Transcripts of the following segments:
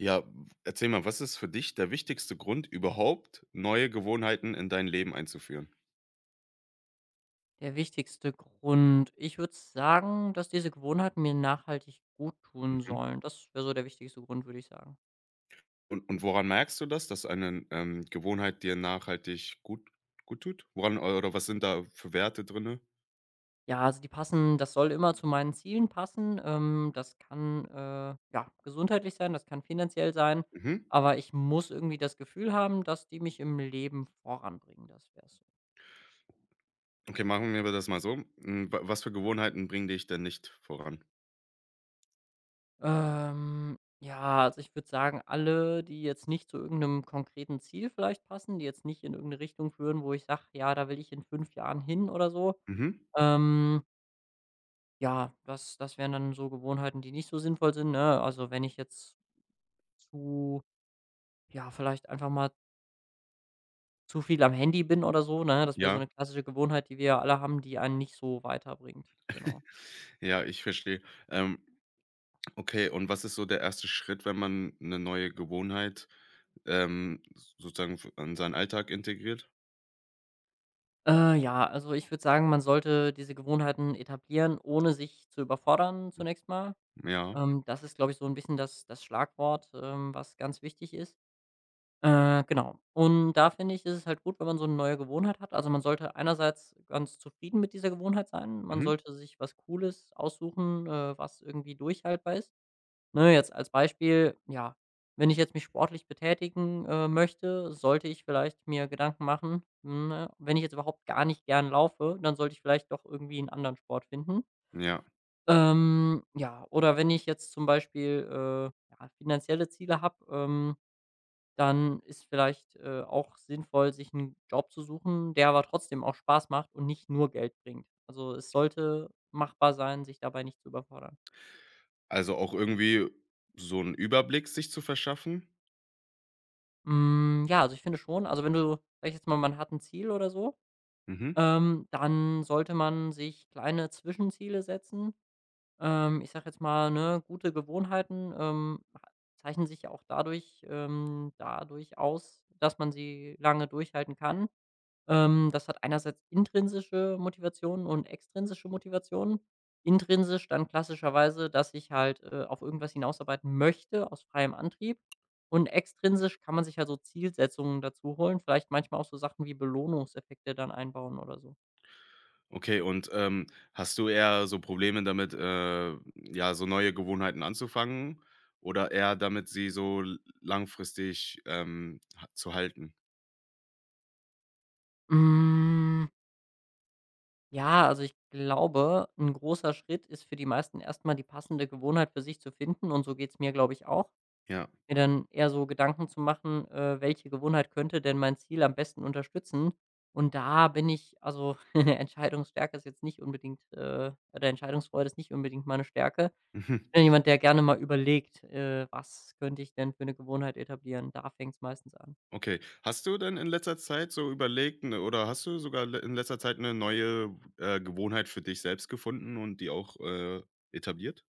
Ja, erzähl mal, was ist für dich der wichtigste Grund überhaupt, neue Gewohnheiten in dein Leben einzuführen? Der wichtigste Grund. Ich würde sagen, dass diese Gewohnheiten mir nachhaltig gut tun Mhm. sollen. Das wäre so der wichtigste Grund, würde ich sagen. Und woran merkst du das, dass eine, Gewohnheit dir nachhaltig gut tut? Woran oder was sind da für Werte drinne? Ja, also die passen das soll immer zu meinen Zielen passen. Das kann, ja, gesundheitlich sein, das kann finanziell sein, Mhm. aber ich muss irgendwie das Gefühl haben, dass die mich im Leben voranbringen, das wäre so. Okay, machen wir das mal so. Hm, wa was für Gewohnheiten bringen dich denn nicht voran? Ja, also ich würde sagen, alle, die jetzt nicht zu irgendeinem konkreten Ziel vielleicht passen, die jetzt nicht in irgendeine Richtung führen, wo ich sage, ja, da will ich in 5 Jahren hin oder so. Mhm. Ähm, ja, das wären dann so Gewohnheiten, die nicht so sinnvoll sind, ne? Also, wenn ich jetzt zu ja, vielleicht einfach mal zu viel am Handy bin oder so, ne? Das wäre so Ja. eine klassische Gewohnheit, die wir ja alle haben, die einen nicht so weiterbringt, genau. Ja, ich verstehe. Ähm, okay, und was ist so der erste Schritt, wenn man eine neue Gewohnheit, ähm, sozusagen f in seinen Alltag integriert? Ja, also, ich würde sagen, man sollte diese Gewohnheiten etablieren, ohne sich zu überfordern zunächst mal. Ja. Das ist, glaube ich, so ein bisschen das Schlagwort, was ganz wichtig ist. Genau. Und da finde ich, ist es halt gut, wenn man so eine neue Gewohnheit hat. Also, man sollte einerseits ganz zufrieden mit dieser Gewohnheit sein. Man Mhm. sollte sich was Cooles aussuchen, was irgendwie durchhaltbar ist. Ne, jetzt als Beispiel, ja, wenn ich jetzt mich sportlich betätigen, möchte, sollte ich vielleicht mir Gedanken machen, ne, wenn ich jetzt überhaupt gar nicht gern laufe, dann sollte ich vielleicht doch irgendwie einen anderen Sport finden. Ja, Ja, oder wenn ich jetzt zum Beispiel, ja, finanzielle Ziele habe, dann ist vielleicht, auch sinnvoll, sich einen Job zu suchen, der aber trotzdem auch Spaß macht und nicht nur Geld bringt. Also, es sollte machbar sein, sich dabei nicht zu überfordern. also auch irgendwie so einen Überblick sich zu verschaffen? Ja, also, ich finde schon also, wenn du sage ich jetzt mal, man hat ein Ziel oder so, Mhm. Dann sollte man sich kleine Zwischenziele setzen. Ich sage jetzt mal, ne, gute Gewohnheiten, ha zeichnen sich ja auch dadurch aus, dass man sie lange durchhalten kann. Das hat einerseits intrinsische Motivationen und extrinsische Motivationen. Intrinsisch dann klassischerweise, dass ich halt, auf irgendwas hinausarbeiten möchte aus freiem Antrieb. Und extrinsisch kann man sich ja so Zielsetzungen dazu holen, vielleicht manchmal auch so Sachen wie Belohnungseffekte dann einbauen oder so. Okay, und, hast du eher so Probleme damit, ja, so neue Gewohnheiten anzufangen oder eher damit, sie so l langfristig, ha zu halten? Hm, ja, also ich glaube, ein großer Schritt ist für die meisten erst mal die passende Gewohnheit für sich zu finden, und so geht es mir, glaube ich, auch. Ja. Mir dann eher so Gedanken zu machen, welche Gewohnheit könnte denn mein Ziel am besten unterstützen? Und da bin ich also Entscheidungsstärke ist jetzt nicht unbedingt, oder Entscheidungsfreude ist nicht unbedingt meine Stärke. Mhm. Ich bin jemand, der gerne mal überlegt, was könnte ich denn für eine Gewohnheit etablieren? Da fängt es meistens an. Okay. Hast du denn in letzter Zeit so überlegt, ne, oder hast du sogar le in letzter Zeit eine neue, Gewohnheit für dich selbst gefunden und die auch, etabliert?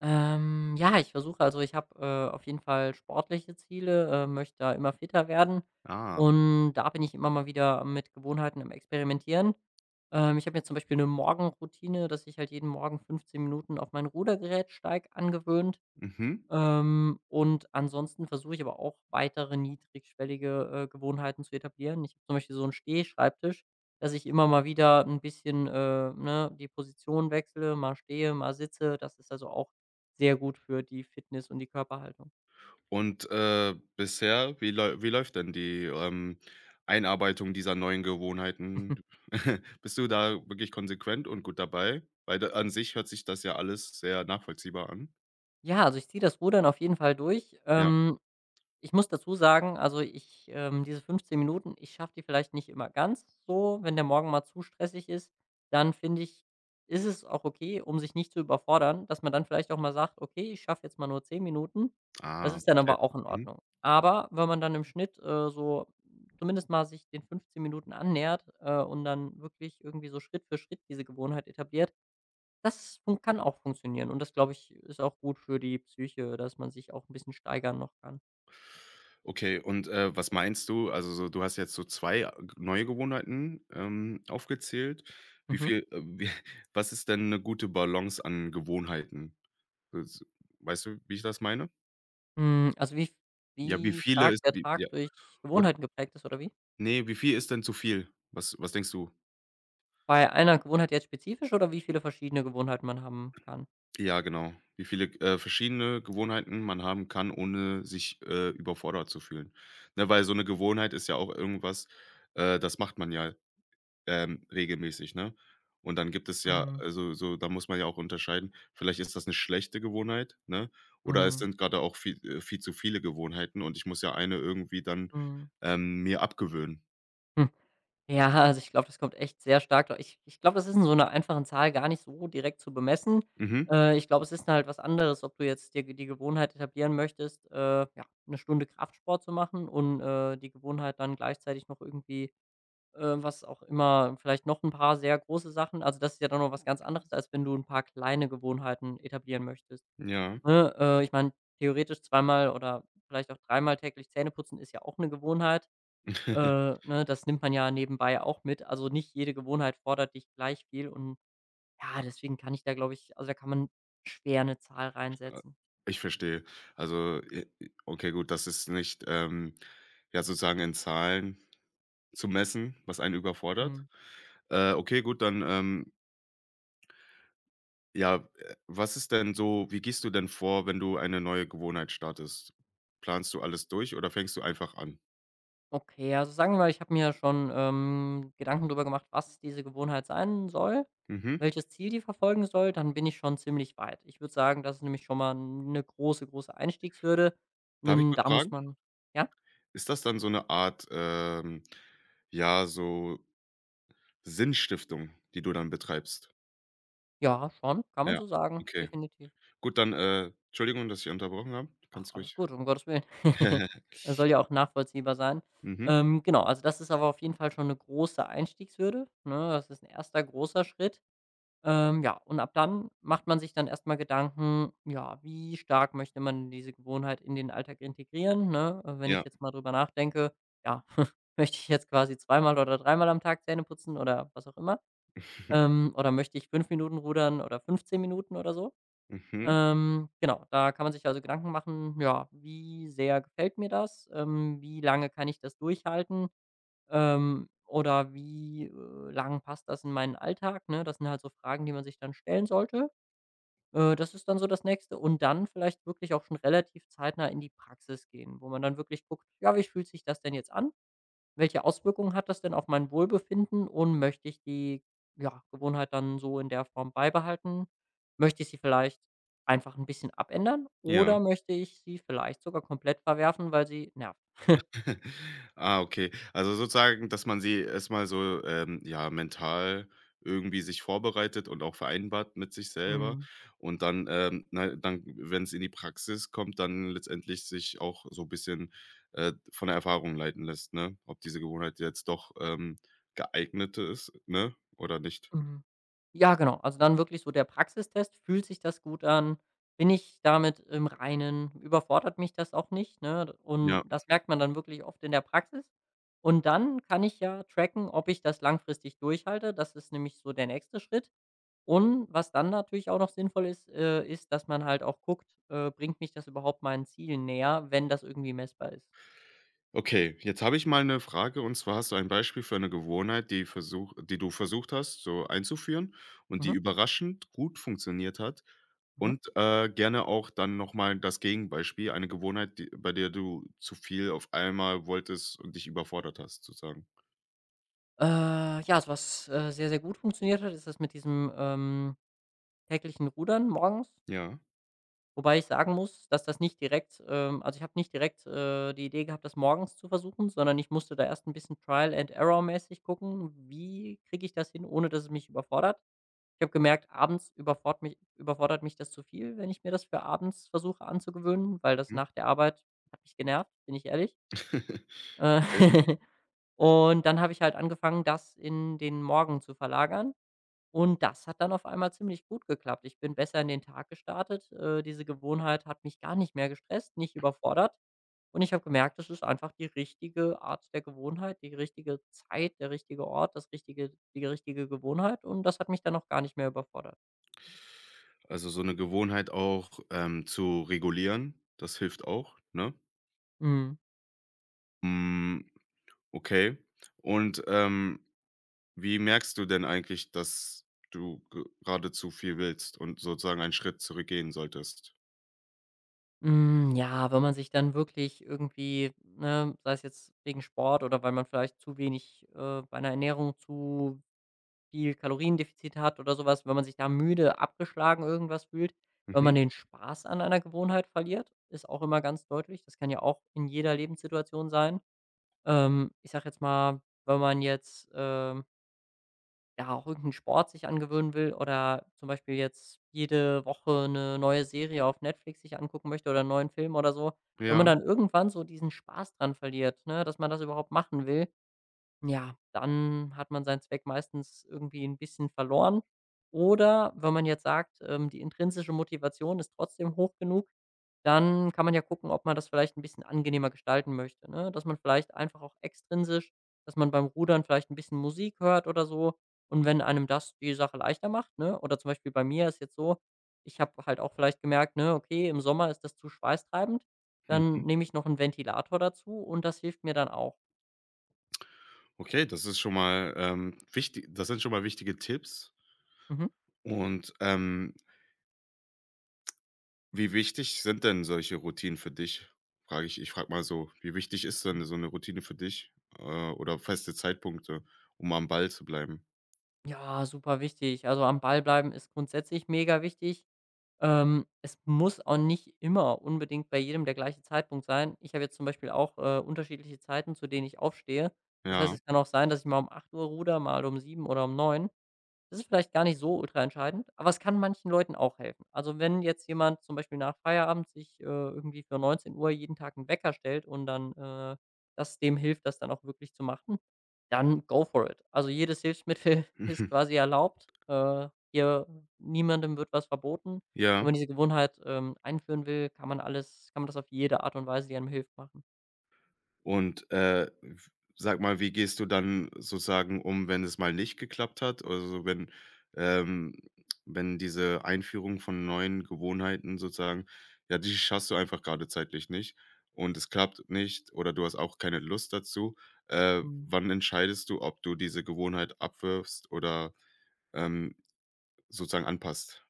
Ja, ich versuche, also ich habe, auf jeden Fall sportliche Ziele, möchte da immer fitter werden, Ah, und da bin ich immer mal wieder mit Gewohnheiten am Experimentieren. Ich habe mir zum Beispiel eine Morgenroutine, dass ich halt jeden Morgen 15 Minuten auf mein Rudergerät steig angewöhnt. mhm. Und ansonsten versuche ich aber auch weitere niedrigschwellige, Gewohnheiten zu etablieren. Ich habe zum Beispiel so einen Stehschreibtisch, dass ich immer mal wieder ein bisschen, ne, die Position wechsle, mal stehe, mal sitze. Das ist also auch sehr gut für die Fitness und die Körperhaltung. Und, bisher, wie läu wie läuft denn die, Einarbeitung dieser neuen Gewohnheiten? Bist du da wirklich konsequent und gut dabei? Weil da an sich hört sich das ja alles sehr nachvollziehbar an. Ja, also ich ziehe das Rudern auf jeden Fall durch. Ja. Ich muss dazu sagen, also ich diese 15 Minuten, ich schaffe die vielleicht nicht immer ganz so. Wenn der Morgen mal zu stressig ist, dann finde ich, ist es auch okay, um sich nicht zu überfordern, dass man dann vielleicht auch mal sagt, okay, ich schaffe jetzt mal nur 10 Minuten. Das Ah, ist dann okay. aber auch in Mhm. Ordnung. Aber wenn man dann im Schnitt, so zumindest mal sich den 15 Minuten annähert, und dann wirklich irgendwie so Schritt für Schritt diese Gewohnheit etabliert, das fun kann auch funktionieren. Und das, glaube ich, ist auch gut für die Psyche, dass man sich auch ein bisschen steigern noch kann. Okay, und, was meinst du? Also so, du hast jetzt so 2 a neue Gewohnheiten, aufgezählt. Wie Mhm. viel, wie Was ist denn eine gute Balance an Gewohnheiten? S Weißt du, wie ich das meine? Also wie Ja, wie wie viele stark ist der wie Tag ja, durch Gewohnheiten geprägt ist oder wie? ne, wie viel ist denn zu viel? Was denkst du? Bei einer Gewohnheit jetzt spezifisch, oder wie viele verschiedene Gewohnheiten man haben kann? Ja, genau. Wie viele, verschiedene Gewohnheiten man haben kann, ohne sich, überfordert zu fühlen. Ne, weil so eine Gewohnheit ist ja auch irgendwas, das macht man ja, regelmäßig, ne? Und dann gibt es ja Mhm, also, so da muss man ja auch unterscheiden, vielleicht ist das eine schlechte Gewohnheit, ne? Oder es mhm, sind gerade auch viel zu viele Gewohnheiten und ich muss ja eine irgendwie dann, mhm. Mir abgewöhnen. Hm, ja, also ich glaube, das kommt echt sehr stark dra ich ich glaube, das ist in so einer einfachen Zahl gar nicht so direkt zu bemessen. Mhm, Ich glaube, es ist halt was anderes, ob du jetzt dir g die Gewohnheit etablieren möchtest, ja, 'ne Stunde Kraftsport zu machen, und, die Gewohnheit dann gleichzeitig noch irgendwie, was auch immer, vielleicht noch ein paar sehr große Sachen, also, das ist ja dann noch was ganz anderes, als wenn du ein paar kleine Gewohnheiten etablieren möchtest, ja. ne? Ich meine, theoretisch zweimal oder vielleicht auch dreimal täglich Zähne putzen ist ja auch eine Gewohnheit, äh, ne? Das nimmt man ja nebenbei auch mit. Also, nicht jede Gewohnheit fordert dich gleich viel, und ja, deswegen kann ich da, glaube ich, also, da kann man schwer 'ne Zahl Ja, reinsetzen. ich verstehe. Also, okay, gut, das ist nicht, ja, sozusagen in Zahlen zu messen, was einen überfordert. Mhm. Okay, gut, dann, ja, was ist denn so, wie gehst du denn vor, wenn du eine neue Gewohnheit startest? Planst du alles durch oder fängst du einfach an? Okay, also sagen wir mal, ich habe mir schon, Gedanken darüber gemacht, was diese Gewohnheit sein soll, Mhm. welches Ziel die verfolgen soll, dann bin ich schon ziemlich weit. Ich würde sagen, das ist nämlich schon mal eine große, große Einstiegshürde. Darf ich 'Nen kurz da muss fragen? man ja? Ist das dann so eine Art, ja, so Sinnstiftung, die du dann betreibst? Ja, schon, kann man Ja, so sagen, okay. definitiv. Gut, dann, Entschuldigung, dass ich unterbrochen habe. Du Ach, kannst alles ruhig gut, um Gottes Willen. Es soll ja auch nachvollziehbar sein. Mhm. Genau, also das ist aber auf jeden Fall schon eine große Einstiegshürde, ne? Das ist ein erster großer Schritt. Ja, und ab dann macht man sich dann erstmal Gedanken, ja, wie stark möchte man diese Gewohnheit in den Alltag integrieren, ne? Wenn ich Ja. jetzt mal drüber nachdenke, ja, möchte ich jetzt quasi zweimal oder dreimal am Tag Zähne putzen oder was auch immer? Oder möchte ich 5 Minuten rudern oder 15 Minuten oder so? Mhm. Genau, da kann man sich also Gedanken machen, ja, wie sehr gefällt mir das? Wie lange kann ich das durchhalten? Oder wie, lang passt das in meinen Alltag, ne? Das sind halt so Fragen, die man sich dann stellen sollte. Das ist dann so das Nächste, und dann vielleicht wirklich auch schon relativ zeitnah in die Praxis gehen, wo man dann wirklich guckt: „Ja, wie fühlt sich das denn jetzt an? Welche Auswirkungen hat das denn auf mein Wohlbefinden, und möchte ich die, ja, Gewohnheit dann so in der Form beibehalten? Möchte ich sie vielleicht einfach ein bisschen abändern Ja. oder möchte ich sie vielleicht sogar komplett verwerfen, weil sie nervt?“ Ah, okay. Also sozusagen, dass man sie erst mal so, ja, mental irgendwie sich vorbereitet und auch vereinbart mit sich selber Mhm. und dann, na, dann, wenn's in die Praxis kommt, dann letztendlich sich auch so ein bisschen, von der Erfahrung leiten lässt, ne? Ob diese Gewohnheit jetzt doch, geeignete ist, ne, oder nicht. Mhm. Ja, genau. Also, dann wirklich so der Praxistest. Fühlt sich das gut an? Bin ich damit im Reinen? Überfordert mich das auch nicht, ne? Ja. Und das merkt man dann wirklich oft in der Praxis. Und dann kann ich ja tracken, ob ich das langfristig durchhalte. Das ist nämlich so der nächste Schritt. Und was dann natürlich auch noch sinnvoll ist, ist, dass man halt auch guckt, bringt mich das überhaupt meinen Zielen näher, wenn das irgendwie messbar ist. Okay, jetzt habe ich mal eine Frage, und zwar hast du ein Beispiel für eine Gewohnheit, die du versucht hast, so einzuführen und die Mhm, überraschend gut funktioniert hat, mhm. und, gerne auch dann noch mal das Gegenbeispiel, eine Gewohnheit, die bei der du zu viel auf einmal wolltest und dich überfordert hast sozusagen. Äh, ja, also was, sehr, sehr gut funktioniert hat, ist das mit diesem, täglichen Rudern morgens. Ja, Wobei ich sagen muss, dass das nicht direkt, also ich habe nicht direkt, die Idee gehabt, das morgens zu versuchen, sondern ich musste da erst ein bisschen Trial and Error mäßig gucken: „Wie kriege ich das hin, ohne dass es mich überfordert?“ Ich habe gemerkt, abends überfort mich überfordert mich das zu viel, wenn ich mir das für abends versuche anzugewöhnen, weil das mhm. nach der Arbeit hat mich genervt, bin ich ehrlich. Äh, und dann habe ich halt angefangen, das in den Morgen zu verlagern. Und das hat dann auf einmal ziemlich gut geklappt. Ich bin besser in den Tag gestartet. Diese Gewohnheit hat mich gar nicht mehr gestresst, nicht überfordert. Und ich habe gemerkt, das ist einfach die richtige Art der Gewohnheit, die richtige Zeit, der richtige Ort, das richtige, die richtige Gewohnheit. Und das hat mich dann auch gar nicht mehr überfordert. Also, so eine Gewohnheit auch, zu regulieren, das hilft auch, ne? Mhm. Hm, okay. Und, wie merkst du denn eigentlich, dass du gerade zu viel willst und sozusagen einen Schritt zurückgehen solltest? Ja, wenn man sich dann wirklich irgendwie, ne, sei es jetzt wegen Sport oder weil man vielleicht zu wenig, bei einer Ernährung zu viel Kaloriendefizit hat oder sowas, wenn man sich da müde, abgeschlagen, irgendwas fühlt, wenn Mhm. man den Spaß an einer Gewohnheit verliert, ist auch immer ganz deutlich. Das kann ja auch in jeder Lebenssituation sein. Ich sage jetzt mal, wenn man jetzt, ja, auch irgendeinen Sport sich angewöhnen will oder zum Beispiel jetzt jede Woche eine neue Serie auf Netflix sich angucken möchte oder 'n neuen Film oder so. Wenn Ja. man dann irgendwann so diesen Spaß dran verliert, ne, dass man das überhaupt machen will, ja, dann hat man seinen Zweck meistens irgendwie ein bisschen verloren. Oder wenn man jetzt sagt, die intrinsische Motivation ist trotzdem hoch genug, dann kann man ja gucken, ob man das vielleicht ein bisschen angenehmer gestalten möchte, ne? Dass man vielleicht einfach auch extrinsisch, dass man beim Rudern vielleicht ein bisschen Musik hört oder so. Und wenn einem das die Sache leichter macht, ne, oder zum Beispiel bei mir ist jetzt so, ich habe halt auch vielleicht gemerkt, ne, okay, im Sommer ist das zu schweißtreibend, dann Mhm. nehme ich noch einen Ventilator dazu und das hilft mir dann auch. Okay, das ist schon mal, wichtig das sind schon mal wichtige Tipps. Mhm. Und, wie wichtig sind denn solche Routinen für dich? Frage ich ich frage mal so, wie wichtig ist denn so eine Routine für dich, oder feste Zeitpunkte, um am Ball zu bleiben? Ja, super wichtig. Also, am Ball bleiben ist grundsätzlich mega wichtig. Es muss auch nicht immer unbedingt bei jedem der gleiche Zeitpunkt sein. Ich habe jetzt zum Beispiel auch, unterschiedliche Zeiten, zu denen ich aufstehe. Das heißt, Ja. es kann auch sein, dass ich mal um 8 Uhr ruder, mal um sieben oder um neun. Das ist vielleicht gar nicht so ultra entscheidend, aber es kann manchen Leuten auch helfen. Also, wenn jetzt jemand zum Beispiel nach Feierabend sich, irgendwie für 19 Uhr jeden Tag 'n Wecker stellt und dann das dem hilft, das dann auch wirklich zu machen, dann go for it. Also, jedes Hilfsmittel ist quasi erlaubt. Hier niemandem wird was verboten. Wenn Ja. man diese Gewohnheit, einführen will, kann man das auf jede Art und Weise, die einem hilft, machen. Und, sag mal, wie gehst du dann sozusagen um, wenn es mal nicht geklappt hat? Also, ähm, wenn diese Einführung von neuen Gewohnheiten sozusagen, ja, die schaffst du einfach gerade zeitlich nicht und es klappt nicht oder du hast auch keine Lust dazu. Mhm. Wann entscheidest du, ob du diese Gewohnheit abwirfst oder, ähm, sozusagen anpasst?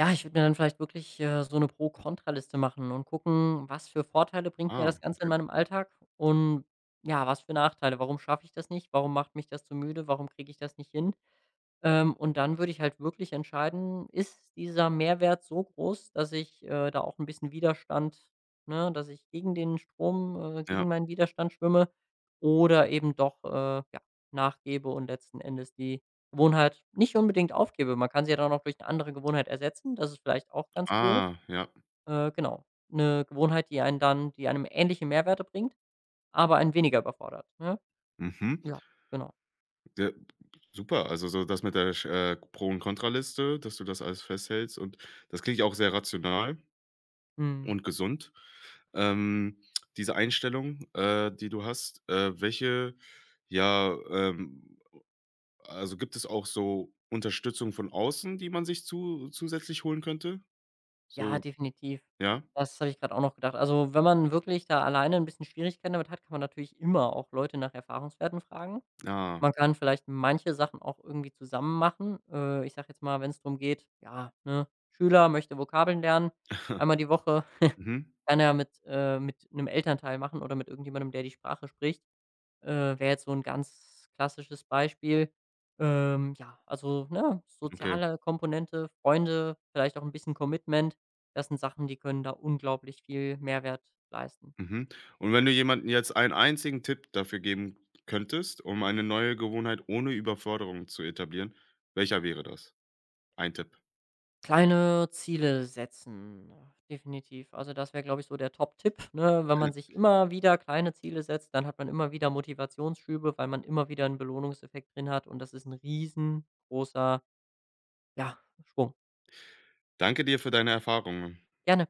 Ja, ich würde mir dann vielleicht wirklich, so eine Pro-Kontra-Liste machen und gucken, was für Vorteile bringt mir Ah, das Ganze in okay. meinem Alltag, und ja, was für Nachteile? Warum schaffe ich das nicht? Warum macht mich das so müde? Warum kriege ich das nicht hin? Und dann würde ich halt wirklich entscheiden, ist dieser Mehrwert so groß, dass ich, da auch ein bisschen Widerstand, ne, dass ich gegen den Strom Ja. gegen meinen Widerstand schwimme, oder eben doch, ja, nachgebe und letzten Endes die Gewohnheit nicht unbedingt aufgebe. Man kann sie ja dann auch durch eine andere Gewohnheit ersetzen. Das ist vielleicht auch ganz cool. Ah, ja. Genau, eine Gewohnheit, die einen dann die einem ähnliche Mehrwerte bringt, aber einen weniger überfordert, ne? Mhm. Ja, genau. Ja, super. Also, so das mit der sch Pro und Kontraliste, dass du das alles festhältst, und das klingt ja auch sehr rational Mhm. und gesund. Ähm, Diese Einstellung, die du hast, ja, ähm also, gibt es auch so Unterstützung von außen, die man sich zu zusätzlich holen könnte? Ja, So, definitiv. ja? Das habe ich gerade auch noch gedacht. Also, wenn man wirklich da alleine ein bisschen Schwierigkeiten damit hat, kann man natürlich immer auch Leute nach Erfahrungswerten fragen. Ah. Man kann vielleicht manche Sachen auch irgendwie zusammen machen. Ich sage jetzt mal, wenn es darum geht, ja, ne, Schüler möchte Vokabeln lernen, einmal die Woche, Mhm, kann er mit einem Elternteil machen oder mit irgendjemandem, der die Sprache spricht. Wäre jetzt so ein ganz klassisches Beispiel. Ja, also, ne, okay. soziale Komponente, Freunde, vielleicht auch ein bisschen Commitment. Das sind Sachen, die können da unglaublich viel Mehrwert leisten. Mhm. Und wenn du jemanden jetzt einen einzigen Tipp dafür geben könntest, um eine neue Gewohnheit ohne Überforderung zu etablieren, welcher wäre das? Ein Tipp. Kleine Ziele setzen, definitiv. Also, das wäre, glaube ich, so der Top-Tipp, ne? Wenn man sich immer wieder kleine Ziele setzt, dann hat man immer wieder Motivationsschübe, weil man immer wieder einen Belohnungseffekt drin hat und das ist ein riesengroßer, ja, Schwung. Danke dir für deine Erfahrungen. Gerne.